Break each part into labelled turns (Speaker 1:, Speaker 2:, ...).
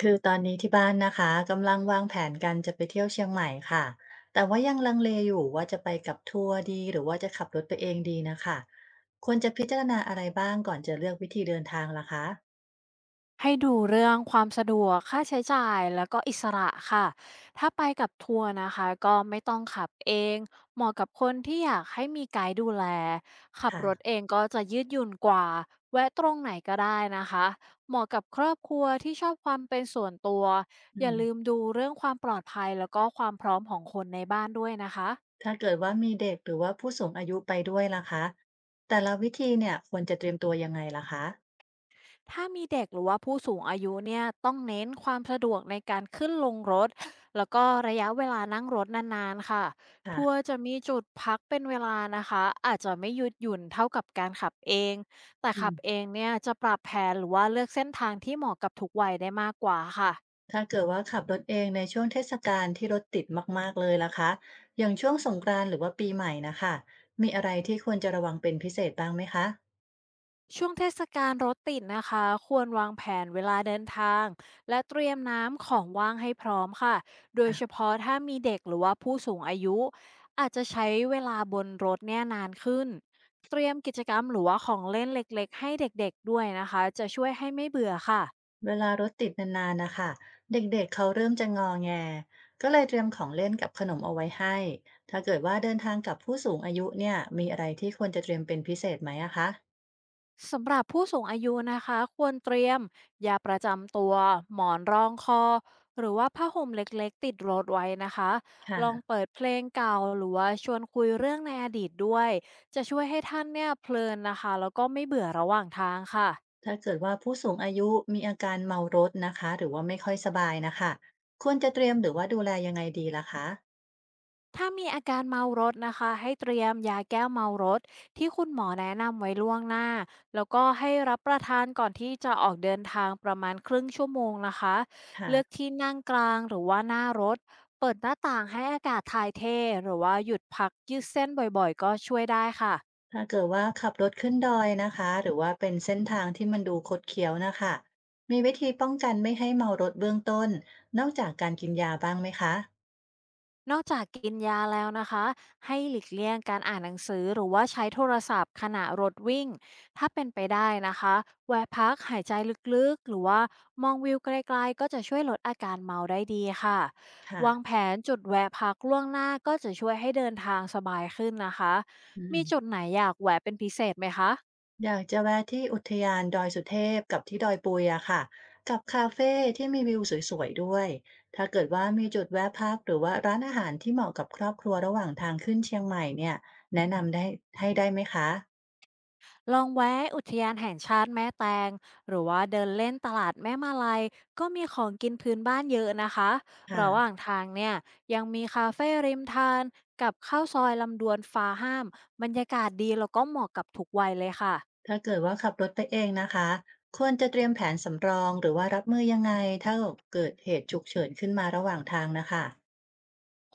Speaker 1: คือตอนนี้ที่บ้านนะคะกำลังวางแผนกันจะไปเที่ยวเชียงใหม่ค่ะแต่ว่ายังลังเลอยู่ว่าจะไปกับทัวร์ดีหรือว่าจะขับรถไปเองดีนะคะควรจะพิจารณาอะไรบ้างก่อนจะเลือกวิธีเดินทางล่ะคะ
Speaker 2: ให้ดูเรื่องความสะดวกค่าใช้จ่ายแล้วก็อิสระค่ะถ้าไปกับทัวร์นะคะก็ไม่ต้องขับเองเหมาะกับคนที่อยากให้มีไกด์ดูแลขับรถเอ
Speaker 1: ค่ะ
Speaker 2: งก็จะยืดหยุ่นกว่าแวะตรงไหนก็ได้นะคะเหมาะกับครอบครัวที่ชอบความเป็นส่วนตัว
Speaker 1: อื
Speaker 2: อย่า
Speaker 1: ม
Speaker 2: ลืมดูเรื่องความปลอดภัยแล้วก็ความพร้อมของคนในบ้านด้วยนะคะ
Speaker 1: ถ้าเกิดว่ามีเด็กหรือว่าผู้สูงอายุไปด้วยล่ะคะแต่ละวิธีเนี่ยควรจะเตรียมตัวยังไงล่ะคะ
Speaker 2: ถ้ามีเด็กหรือว่าผู้สูงอายุเนี่ยต้องเน้นความสะดวกในการขึ้นลงรถแล้วก็ระยะเวลานั่งรถนานๆค่ะทัวร์
Speaker 1: ค่ะ
Speaker 2: จะมีจุดพักเป็นเวลานะคะอาจจะไม่ยืดหยุ่นเท่ากับการขับเองแต่ขับเองเนี่ยจะปรับแผนหรือว่าเลือกเส้นทางที่เหมาะกับทุกวัยได้มากกว่าค่ะ
Speaker 1: ถ้าเกิดว่าขับรถเองในช่วงเทศกาลที่รถติดมากๆเลยล่ะคะอย่างช่วงสงกรานต์หรือว่าปีใหม่นะคะมีอะไรที่ควรจะระวังเป็นพิเศษบ้างไหมคะ
Speaker 2: ช่วงเทศกาลรถติดนะคะควรวางแผนเวลาเดินทางและเตรียมน้ำของว่างให้พร้อมค่ะโดยเฉ
Speaker 1: ค่ะ
Speaker 2: พาะถ้ามีเด็กหรือว่าผู้สูงอายุอาจจะใช้เวลาบนรถเนี่ยนานขึ้นเตรียมกิจกรรมหรือว่าของเล่นเล็กๆให้เด็กๆด้วยนะคะจะช่วยให้ไม่เบื่อค่ะ
Speaker 1: เวลารถติดนานๆนะคะ เด็กๆเขาเริ่มจะงอแง ก็เลยเตรียมของเล่นกับขนมเอาไว้ให้ถ้าเกิดว่าเดินทางกับผู้สูงอายุเนี่ยมีอะไรที่ควรจะเตรียมเป็นพิเศษไหมอะคะ
Speaker 2: สำหรับผู้สูงอายุนะคะควรเตรียมยาประจำตัวหมอนรองคอหรือว่าผ้าห่มเล็กๆติดรถไว้นะคะลอง
Speaker 1: ค่ะ
Speaker 2: เปิดเพลงเก่าหรือว่าชวนคุยเรื่องในอดีตด้วยจะช่วยให้ท่านเนี่ยเพลินนะคะแล้วก็ไม่เบื่อระหว่างทางค่ะ
Speaker 1: ถ้าเกิดว่าผู้สูงอายุมีอาการเมารถนะคะหรือว่าไม่ค่อยสบายนะคะควรจะเตรียมหรือว่าดูแลยังไงดีล่ะคะ
Speaker 2: ถ้ามีอาการเมารถนะคะให้เตรียมยาแก้วเมารถที่คุณหมอแนะนำไว้ล่วงหน้าแล้วก็ให้รับประทานก่อนที่จะออกเดินทางประมาณครึ่งชั่วโมงนะคะ
Speaker 1: ค่ะ
Speaker 2: เลือกที่นั่งกลางหรือว่าหน้ารถเปิดหน้าต่างให้อากาศถ่ายเทหรือว่าหยุดพักยืดเส้นบ่อยๆก็ช่วยได้ค่ะ
Speaker 1: ถ้าเกิดว่าขับรถขึ้นดอยนะคะหรือว่าเป็นเส้นทางที่มันดูคดเคี้ยวนะคะมีวิธีป้องกันไม่ให้เมารถเบื้องต้นนอกจากการกินยาบ้างไหมคะ
Speaker 2: นอกจากกินยาแล้วนะคะให้หลีกเลี่ยงการอ่านหนังสือหรือว่าใช้โทรศัพท์ขณะรถวิ่งถ้าเป็นไปได้นะคะแวะพักหายใจลึกๆหรือว่ามองวิวไกลๆก็จะช่วยลดอาการเมาได้ดีค่ะวางแผ
Speaker 1: ค่ะ
Speaker 2: นจุดแวะพักล่วงหน้าก็จะช่วยให้เดินทางสบายขึ้นนะคะ
Speaker 1: อืม
Speaker 2: มีจุดไหนอยากแวะเป็นพิเศษไหมคะ
Speaker 1: อยากจะแวะที่อุทยานดอยสุเทพกับที่ดอยปุยอะค่ะกับคาเฟ่ที่มีวิวสวยๆด้วยถ้าเกิดว่ามีจุดแวะพักหรือว่าร้านอาหารที่เหมาะกับครอบครัวระหว่างทางขึ้นเชียงใหม่เนี่ยแนะนำได้ให้ได้ไหมคะ
Speaker 2: ลองแวะอุทยานแห่งชาติแม่แตงหรือว่าเดินเล่นตลาดแม่มาลัยก็มีของกินพื้นบ้านเยอะนะคะระหว่า
Speaker 1: ค่ะ
Speaker 2: งทางเนี่ยยังมีคาเฟ่ริมทานกับข้าวซอยลำดวนฟ้าห้ามบรรยากาศดีแล้วก็เหมาะกับทุกวัยเลยค่ะ
Speaker 1: ถ้าเกิดว่าขับรถไปเองนะคะควรจะเตรียมแผนสำรองหรือว่ารับมือยังไงถ้าเกิดเหตุฉุกเฉินขึ้นมาระหว่างทางนะคะ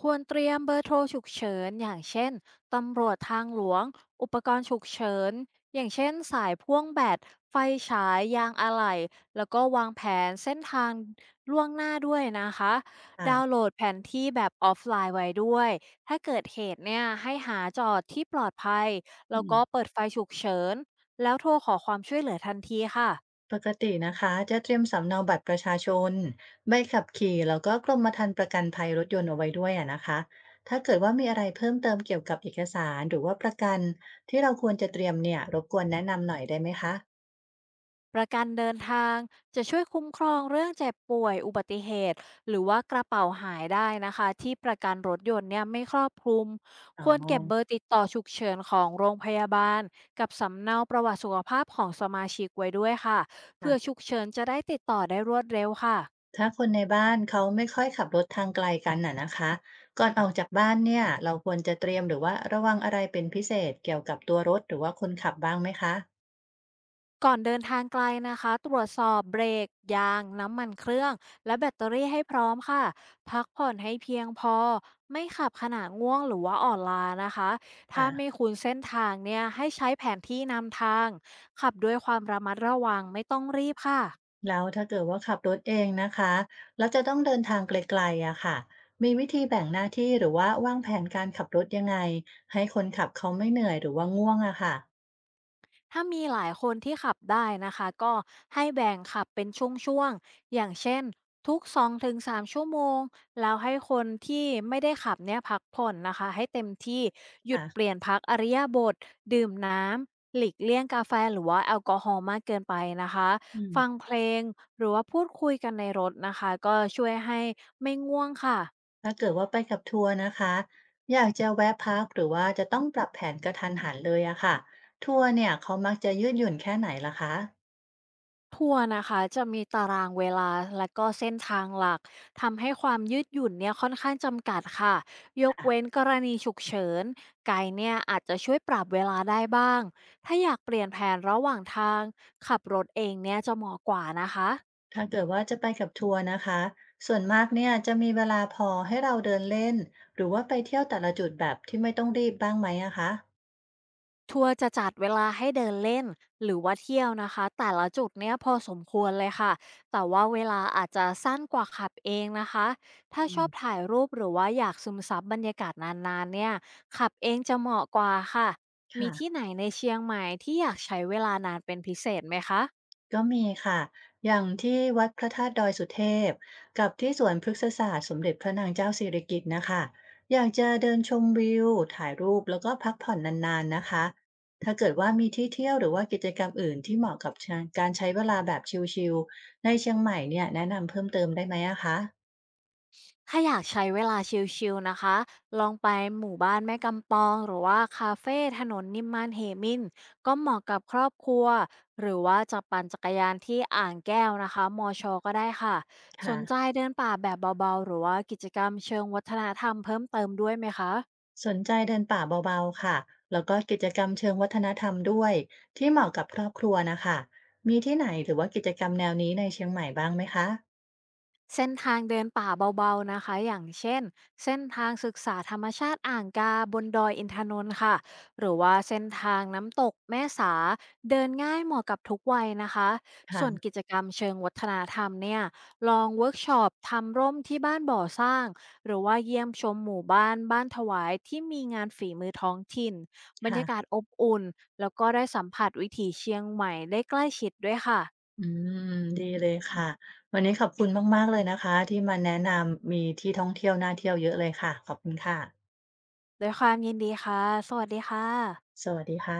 Speaker 2: ควรเตรียมเบอร์โทรฉุกเฉินอย่างเช่นตำรวจทางหลวงอุปกรณ์ฉุกเฉินอย่างเช่นสายพ่วงแบตไฟฉายยางอะไหล่แล้วก็วางแผนเส้นทางล่วงหน้าด้วยนะคะดาวน์โหล
Speaker 1: อ่ะ
Speaker 2: ดแผนที่แบบออฟไลน์ไว้ด้วยถ้าเกิดเหตุเนี่ยให้หาจอดที่ปลอดภัยแล้
Speaker 1: อื
Speaker 2: วก็
Speaker 1: ม
Speaker 2: เปิดไฟฉุกเฉินแล้วโทรขอความช่วยเหลือทันทีค่ะ
Speaker 1: ปกตินะคะจะเตรียมสำเนาบัตรประชาชนใบขับขี่แล้วก็กรมธรรม์ประกันภัยรถยนต์เอาไว้ด้วยอะนะคะถ้าเกิดว่ามีอะไรเพิ่มเติมเกี่ยวกับเอกสารหรือว่าประกันที่เราควรจะเตรียมเนี่ยรบกวนแนะนำหน่อยได้ไหมคะ
Speaker 2: ประกันเดินทางจะช่วยคุ้มครองเรื่องเจ็บป่วยอุบัติเหตุหรือว่ากระเป๋าหายได้นะคะที่ประกันรถยนต์เนี่ยไม่ครอบคลุม
Speaker 1: อ๋อ
Speaker 2: ควรเก็บเบอร์ติดต่อฉุกเฉินของโรงพยาบาลกับสำเนาประวัติสุขภาพของสมาชิกไว้ด้วยค่ะเพื่อ
Speaker 1: ค่ะ
Speaker 2: ฉุกเฉินจะได้ติดต่อได้รวดเร็วค่ะ
Speaker 1: ถ้าคนในบ้านเขาไม่ค่อยขับรถทางไกลกันน่ะนะคะก่อนออกจากบ้านเนี่ยเราควรจะเตรียมหรือว่าระวังอะไรเป็นพิเศษเกี่ยวกับตัวรถหรือว่าคนขับบ้างไหมคะ
Speaker 2: ก่อนเดินทางไกลนะคะตรวจสอบเบรกยางน้ำมันเครื่องและแบตเตอรี่ให้พร้อมค่ะพักผ่อนให้เพียงพอไม่ขับขณะง่วงหรือว่าอ่อนล้านะคะถ้าไม่
Speaker 1: ค่ะ
Speaker 2: คุ้นเส้นทางเนี่ยให้ใช้แผนที่นำทางขับด้วยความระมัดระวังไม่ต้องรีบค่ะ
Speaker 1: แล้วถ้าเกิดว่าขับรถเองนะคะแล้วจะต้องเดินทางไกลๆอะค่ะมีวิธีแบ่งหน้าที่หรือว่าวางแผนการขับรถยังไงให้คนขับเขาไม่เหนื่อยหรือว่าง่วงอะค่ะ
Speaker 2: ถ้ามีหลายคนที่ขับได้นะคะก็ให้แบ่งขับเป็นช่วงๆอย่างเช่นทุก2-3ชั่วโมงแล้วให้คนที่ไม่ได้ขับเนี่ยพักผ่อนนะคะให้เต็มที่หยุดเป
Speaker 1: ค่ะ
Speaker 2: ลี่ยนพักอริยาบทดื่มน้ำหลีกเลี่ยงกาแฟหรือว่าแอลกอฮอล์มากเกินไปนะคะ
Speaker 1: อื
Speaker 2: ฟัง
Speaker 1: ม
Speaker 2: เพลงหรือว่าพูดคุยกันในรถนะคะก็ช่วยให้ไม่ง่วงค่ะ
Speaker 1: ถ้าเกิดว่าไปกับทัวร์นะคะอยากจะแวะพักหรือว่าจะต้องปรับแผนกระทันหันเลยอะค่ะทัวร์เนี่ยเขามักจะยืดหยุ่นแค่ไหนล่ะคะ
Speaker 2: ทัวร์นะคะจะมีตารางเวลาและก็เส้นทางหลักทำให้ความยืดหยุ่นเนี่ยค่อนข้างจำกัดค่ะยก
Speaker 1: อ่ะ
Speaker 2: เว้นกรณีฉุกเฉินไกด์เนี่ยอาจจะช่วยปรับเวลาได้บ้างถ้าอยากเปลี่ยนแผนระหว่างทางขับรถเองเนี่ยจะเหมาะกว่านะคะ
Speaker 1: ถ้าเกิดว่าจะไปกับทัวร์นะคะส่วนมากเนี่ยจะมีเวลาพอให้เราเดินเล่นหรือว่าไปเที่ยวแต่ละจุดแบบที่ไม่ต้องรีบบ้างไหมอะคะ
Speaker 2: ทัวร์จะจัดเวลาให้เดินเล่นหรือว่าเที่ยวนะคะแต่ละจุดเนี้ยพอสมควรเลยค่ะแต่ว่าเวลาอาจจะสั้นกว่าขับเองนะคะถ้า
Speaker 1: อื
Speaker 2: ช
Speaker 1: ม
Speaker 2: อบถ่ายรูปหรือว่าอยากซึมซับบรรยากาศนานๆเนี่ยขับเองจะเหมาะกว่าค่ะมีที่
Speaker 1: ค่ะ
Speaker 2: ไหนในเชียงใหม่ที่อยากใช้เวลานานเป็นพิเศษไหมคะ
Speaker 1: ก็มีค่ะ อย่างที่วัดพระธาตุดอยสุเทพ กับที่สวนพฤกษศาสตร์สมเด็จพระนางเจ้าสิริกิติ์นะคะ อยากจะเดินชมวิว ถ่ายรูป แล้วก็พักผ่อนนานๆนะคะ ถ้าเกิดว่ามีที่เที่ยวหรือว่ากิจกรรมอื่นที่เหมาะกับการใช้เวลาแบบชิลๆในเชียงใหม่เนี่ยแนะนำเพิ่มเติมได้ไหมอะคะ
Speaker 2: ถ้าอยากใช้เวลาชิลๆนะคะ ลองไปหมู่บ้านแม่กำปองหรือว่าคาเฟ่ถนนนิมมานเหมินก็เหมาะกับครอบครัวหรือว่าจะปั่นจักรยานที่อ่างแก้วนะคะมอชอก็ได้ค่ะส
Speaker 1: ค่ะ
Speaker 2: นใจเดินป่าแบบเบาๆหรือว่ากิจกรรมเชิงวัฒนธรรมเพิ่มเติมด้วยไหมคะ
Speaker 1: สนใจเดินป่าเบาๆค่ะ แล้วก็กิจกรรมเชิงวัฒนธรรมด้วยที่เหมาะกับครอบครัวนะคะมีที่ไหนหรือว่ากิจกรรมแนวนี้ในเชียงใหม่บ้างไหมคะ
Speaker 2: เส้นทางเดินป่าเบาๆนะคะอย่างเช่นเส้นทางศึกษาธรรมชาติอ่างกาบนดอยอินทนนท์ค่ะหรือว่าเส้นทางน้ำตกแม่สาเดินง่ายเหมาะกับทุกวัยนะคะส่วน
Speaker 1: ค่ะ
Speaker 2: กิจกรรมเชิงวัฒนธรรมเนี่ยลองเวิร์กช็อปทำร่มที่บ้านบ่อสร้าง หรือว่าเยี่ยมชมหมู่บ้านบ้านถวายที่มีงานฝีมือท้องถิ่นบรร
Speaker 1: ค่ะ
Speaker 2: ยากาศอบอุ่นแล้วก็ได้สัมผัสวิถีเชียงใหม่ได้ใกล้ชิดด้วยค่ะ
Speaker 1: อืมดีเลยค่ะ วันนี้ขอบคุณมากๆเลยนะคะที่มาแนะนำมีที่ท่องเที่ยวน่าเที่ยวเยอะเลยค่ะ ขอบคุณค่ะ
Speaker 2: ด้วยความยินดีค่ะสวัสดีค่ะ
Speaker 1: สวัสดีค่ะ